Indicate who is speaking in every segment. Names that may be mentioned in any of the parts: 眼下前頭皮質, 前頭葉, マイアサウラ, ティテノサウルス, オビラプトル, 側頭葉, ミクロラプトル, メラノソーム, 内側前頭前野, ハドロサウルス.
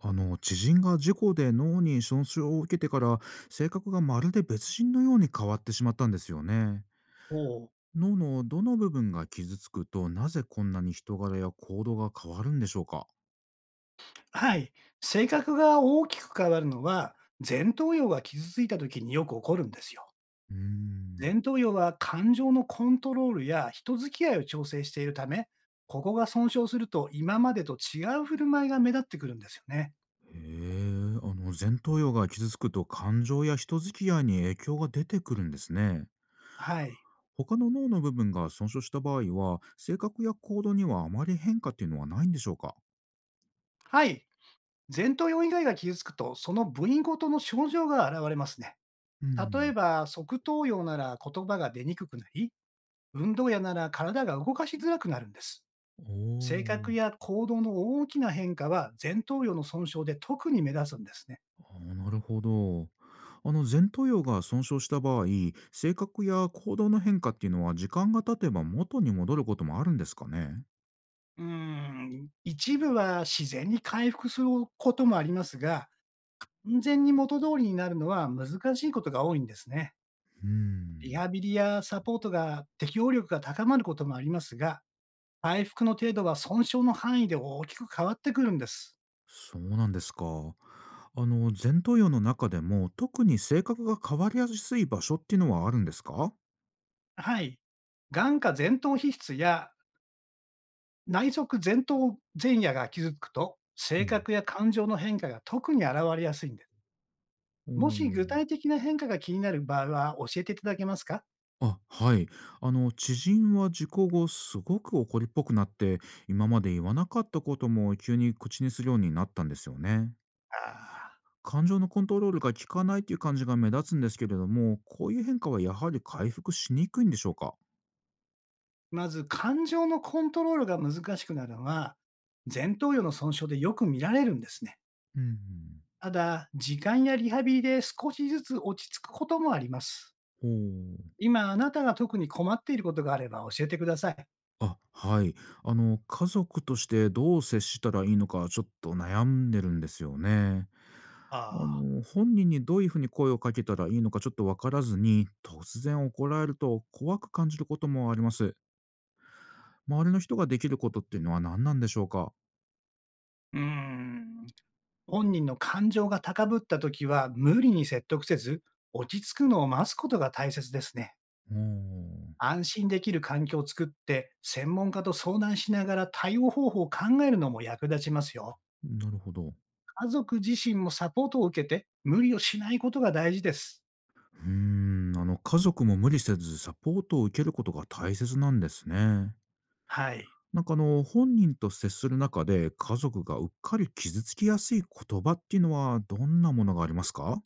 Speaker 1: あの知人が事故で脳に損傷を受けてから性格がまるで別人のように変わってしまったんですよね。
Speaker 2: おお、
Speaker 1: 脳のどの部分が傷つくとなぜこんなに人柄や行動が変わるんでしょうか？
Speaker 2: はい。性格が大きく変わるのは、前頭葉が傷ついた時によく起こるんですよ。
Speaker 1: うーん。
Speaker 2: 前頭葉は感情のコントロールや人付き合いを調整しているため、ここが損傷すると今までと違う振る舞いが目立ってくるんですよね。
Speaker 1: へえ。あの前頭葉が傷つくと感情や人付き合いに影響が出てくるんですね。
Speaker 2: はい。
Speaker 1: 他の脳の部分が損傷した場合は性格や行動にはあまり変化っていうのはないんでしょうか？
Speaker 2: はい。前頭葉以外が傷つくと、その部位ごとの症状が現れますね。
Speaker 1: う
Speaker 2: 例
Speaker 1: ん。
Speaker 2: えば、側頭葉なら言葉が出にくくなり、運動やなら体が動かしづらくなるんです。
Speaker 1: お
Speaker 2: 性
Speaker 1: ー。
Speaker 2: 格や行動の大きな変化は前頭葉の損傷で特に目立つんですね。
Speaker 1: あーなるほど。あの前頭葉が損傷した場合性格や行動の変化っていうのは時間が経てば元に戻ることもあるんですかね？
Speaker 2: うーん、一部は自然に回復することもありますが、完全に元通りになるのは難しいことが多いんですね。
Speaker 1: うー
Speaker 2: リ
Speaker 1: ん。
Speaker 2: ハビリやサポートが適応力が高まることもありますが、回復の程度は損傷の範囲で大きく変わってくるんです。
Speaker 1: そうなんですか。あの前頭葉の中でも特に性格が変わりやすい場所っていうのはあるんですか？
Speaker 2: はい。眼下前頭皮質や内側前頭前野が傷つくと、
Speaker 1: う
Speaker 2: 性
Speaker 1: ん、
Speaker 2: 格や感情の変化が特に現れやすいんです。
Speaker 1: お
Speaker 2: もし
Speaker 1: ー。
Speaker 2: 具体的な変化が気になる場合は教えていただけますか？
Speaker 1: あ、はい。あの知人は事故後すごく怒りっぽくなって今まで言わなかったことも急に口にするようになったんですよね。
Speaker 2: あー
Speaker 1: 感情のコントロールが効かないっていう感じが目立つんですけれども、こういう変化はやはり回復しにくいんでしょうか？
Speaker 2: まず、感情のコントロールが難しくなるのは、前頭葉の損傷でよく見られるんですね。
Speaker 1: うん。
Speaker 2: ただ、時間やリハビリで少しずつ落ち着くこともあります。
Speaker 1: ほう。
Speaker 2: 今、あなたが特に困っていることがあれば教えてください。
Speaker 1: あ、はい。家族としてどう接したらいいのか、ちょっと悩んでるんですよね。
Speaker 2: ああ、
Speaker 1: 本人にどういうふうに声をかけたらいいのかちょっとわからずに、突然怒られると怖く感じることもあります。周りの人ができることっていうのは何なんでしょうか？
Speaker 2: うーん。本人の感情が高ぶったときは、無理に説得せず、落ち着くのを待つことが大切ですね。
Speaker 1: おあ、
Speaker 2: 安心できる環境を作って、専門家と相談しながら対応方法を考えるのも役立ちますよ。
Speaker 1: なるほど。
Speaker 2: 家族自身もサポートを受けて、無理をしないことが大事です。
Speaker 1: うーん、家族も無理せずサポートを受けることが大切なんですね。
Speaker 2: はい。
Speaker 1: なんか本人と接する中で家族がうっかり傷つきやすい言葉っていうのはどんなものがありますか？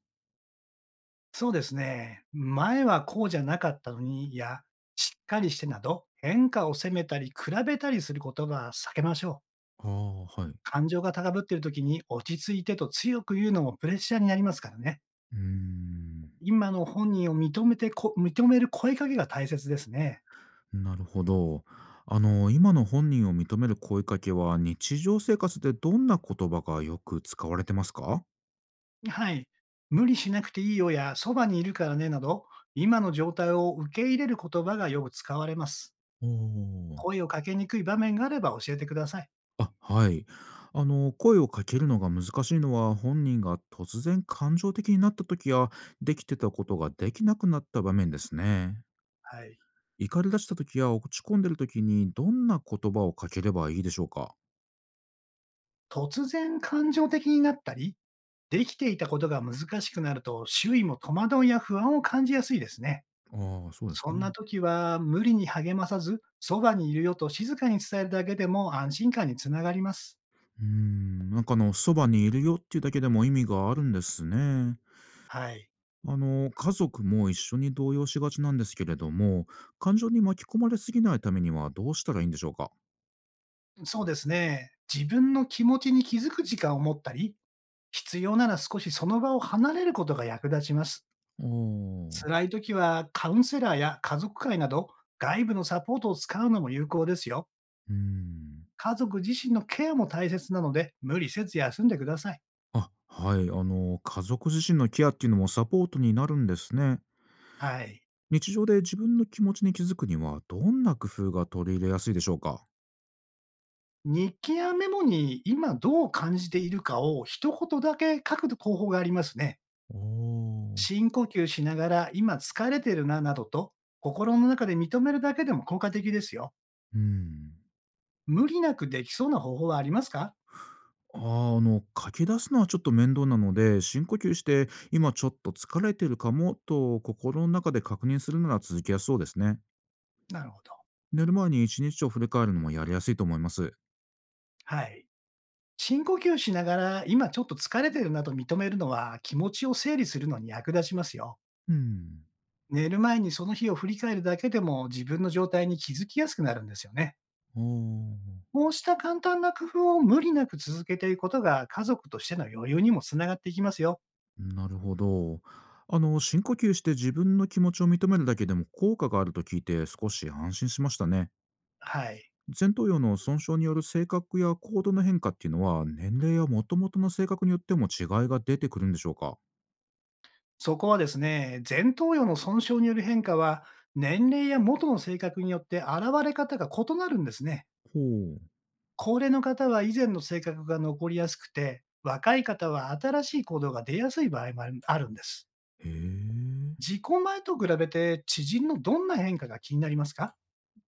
Speaker 2: そうですね。前はこうじゃなかったのに、いや、しっかりしてなど、変化を責めたり、比べたりすることは避けましょう。
Speaker 1: ああ、はい。う
Speaker 2: 感情が高ぶっている時に落ち着いてと強く言うのもプレッシャーになりますからね。
Speaker 1: ーん、
Speaker 2: 今の本人を認めてこ認める声かけが大切ですね。
Speaker 1: なるほど。今の本人を認める声かけは日常生活でどんな言葉がよく使われてますか？
Speaker 2: はい。無理しなくていいよや、そばにいるからねなど、今の状態を受け入れる言葉がよく使われます。
Speaker 1: おおー。
Speaker 2: 声をかけにくい場面があれば教えてください。
Speaker 1: あ、はい。声をかけるのが難しいのは、本人が突然感情的になった時や、できてたことができなくなった場面ですね。
Speaker 2: はい。
Speaker 1: 怒り出した時や落ち込んでる時に、どんな言葉をかければいいでしょうか？
Speaker 2: 突然感情的になったり、できていたことが難しくなると、周囲も戸惑いや不安を感じやすいですね。
Speaker 1: ああ、そうです
Speaker 2: そんな
Speaker 1: ね。
Speaker 2: 時は、無理に励まさず、そばにいるよと静かに伝えるだけでも安心感につながります。
Speaker 1: うーん、なんかそばにいるよっていうだけでも意味があるんですね。
Speaker 2: はい。
Speaker 1: 家族も一緒に動揺しがちなんですけれども、感情に巻き込まれすぎないためにはどうしたらいいんでしょうか？
Speaker 2: そうですね。自分の気持ちに気づく時間を持ったり、必要なら少しその場を離れることが役立ちます。
Speaker 1: ああ、う
Speaker 2: 辛い時はカウンセラーや家族会など外部のサポートを使うのも有効ですよ。
Speaker 1: ーん。
Speaker 2: 家族自身のケアも大切なので無理せず休んでください。
Speaker 1: あ、はい。家族自身のケアっていうのもサポートになるんですね。
Speaker 2: はい。
Speaker 1: 日常で自分の気持ちに気づくには、どんな工夫が取り入れやすいでしょうか？
Speaker 2: 日記やメモに今どう感じているかを一言だけ書く方法がありますね。
Speaker 1: おお。う
Speaker 2: 深呼吸しながら今疲れてるななどと心の中で認めるだけでも効果的ですよ。
Speaker 1: ーん。
Speaker 2: 無理なくできそうな方法はありますか？
Speaker 1: ああ、書き出すのはちょっと面倒なので、深呼吸して、今ちょっと疲れてるかもと心の中で確認するなら続きやすそうですね。
Speaker 2: なるほど。
Speaker 1: 寝る前に一日を振り返るのもやりやすいと思います。
Speaker 2: はい。深呼吸しながら、今ちょっと疲れてるなと認めるのは、気持ちを整理するのに役立ちますよ。
Speaker 1: うん。
Speaker 2: 寝る前にその日を振り返るだけでも自分の状態に気づきやすくなるんですよね。
Speaker 1: おお。
Speaker 2: こうした簡単な工夫を無理なく続けていくことが家族としての余裕にもつながっていきますよ。
Speaker 1: なるほど。深呼吸して自分の気持ちを認めるだけでも効果があると聞いて少し安心しましたね。
Speaker 2: はい。
Speaker 1: 前頭葉の損傷による性格や行動の変化っていうのは年齢や元々の性格によっても違いが出てくるんでしょうか？
Speaker 2: そこはですね、前頭葉の損傷による変化は、年齢や元の性格によって現れ方が異なるんですね。
Speaker 1: ほう。
Speaker 2: 高齢の方は以前の性格が残りやすくて、若い方は新しい行動が出やすい場合もあるんです。
Speaker 1: へえ。
Speaker 2: 自己前と比べて知人のどんな変化が気になりますか？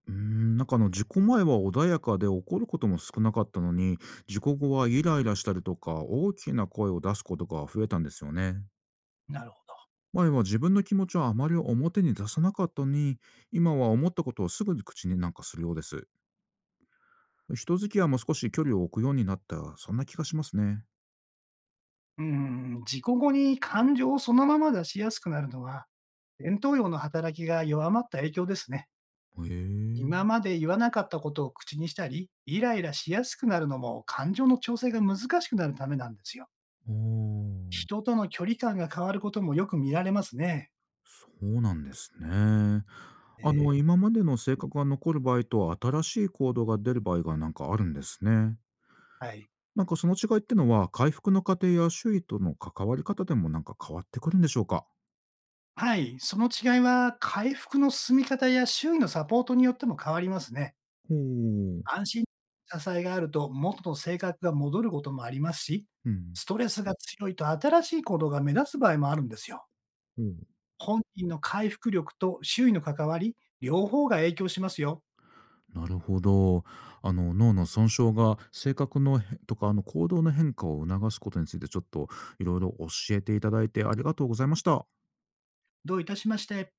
Speaker 1: うーん、なんか事故前は穏やかで怒ることも少なかったのに、事故後はイライラしたりとか大きな声を出すことが増えたんですよね。
Speaker 2: なるほど。
Speaker 1: 前は自分の気持ちをあまり表に出さなかったのに、今は思ったことをすぐに口になんかするようです。人付き合いも少し距離を置くようになった、そんな気がしますね。
Speaker 2: うーん、自己後に感情をそのまま出しやすくなるのは、伝統用の働きが弱まった影響ですね。
Speaker 1: へ
Speaker 2: 今
Speaker 1: え。
Speaker 2: まで言わなかったことを口にしたり、イライラしやすくなるのも感情の調整が難しくなるためなんですよ。
Speaker 1: ああ、
Speaker 2: 人との距離感が変わることもよく見られますね。
Speaker 1: そうなんですね。
Speaker 2: えー
Speaker 1: 今までの性格が残る場合と新しい行動が出る場合がなんかあるんですね。
Speaker 2: はい。
Speaker 1: なんかその違いってのは、回復の過程や周囲との関わり方でもなんか変わってくるんでしょうか？
Speaker 2: はい、その違いは回復の進み方や周囲のサポートによっても変わりますね。
Speaker 1: ほう。
Speaker 2: 安心、支えがあると元の性格が戻ることもありますし、
Speaker 1: うん。
Speaker 2: ストレスが強いと新しい行動が目立つ場合もあるんですよ。
Speaker 1: ほう。
Speaker 2: 本人の回復力と周囲の関わり、両方が影響しますよ。
Speaker 1: なるほど。あの脳の損傷が性格の変とか行動の変化を促すことについてちょっといろいろ教えていただいてありがとうございました。
Speaker 2: どういたしまして。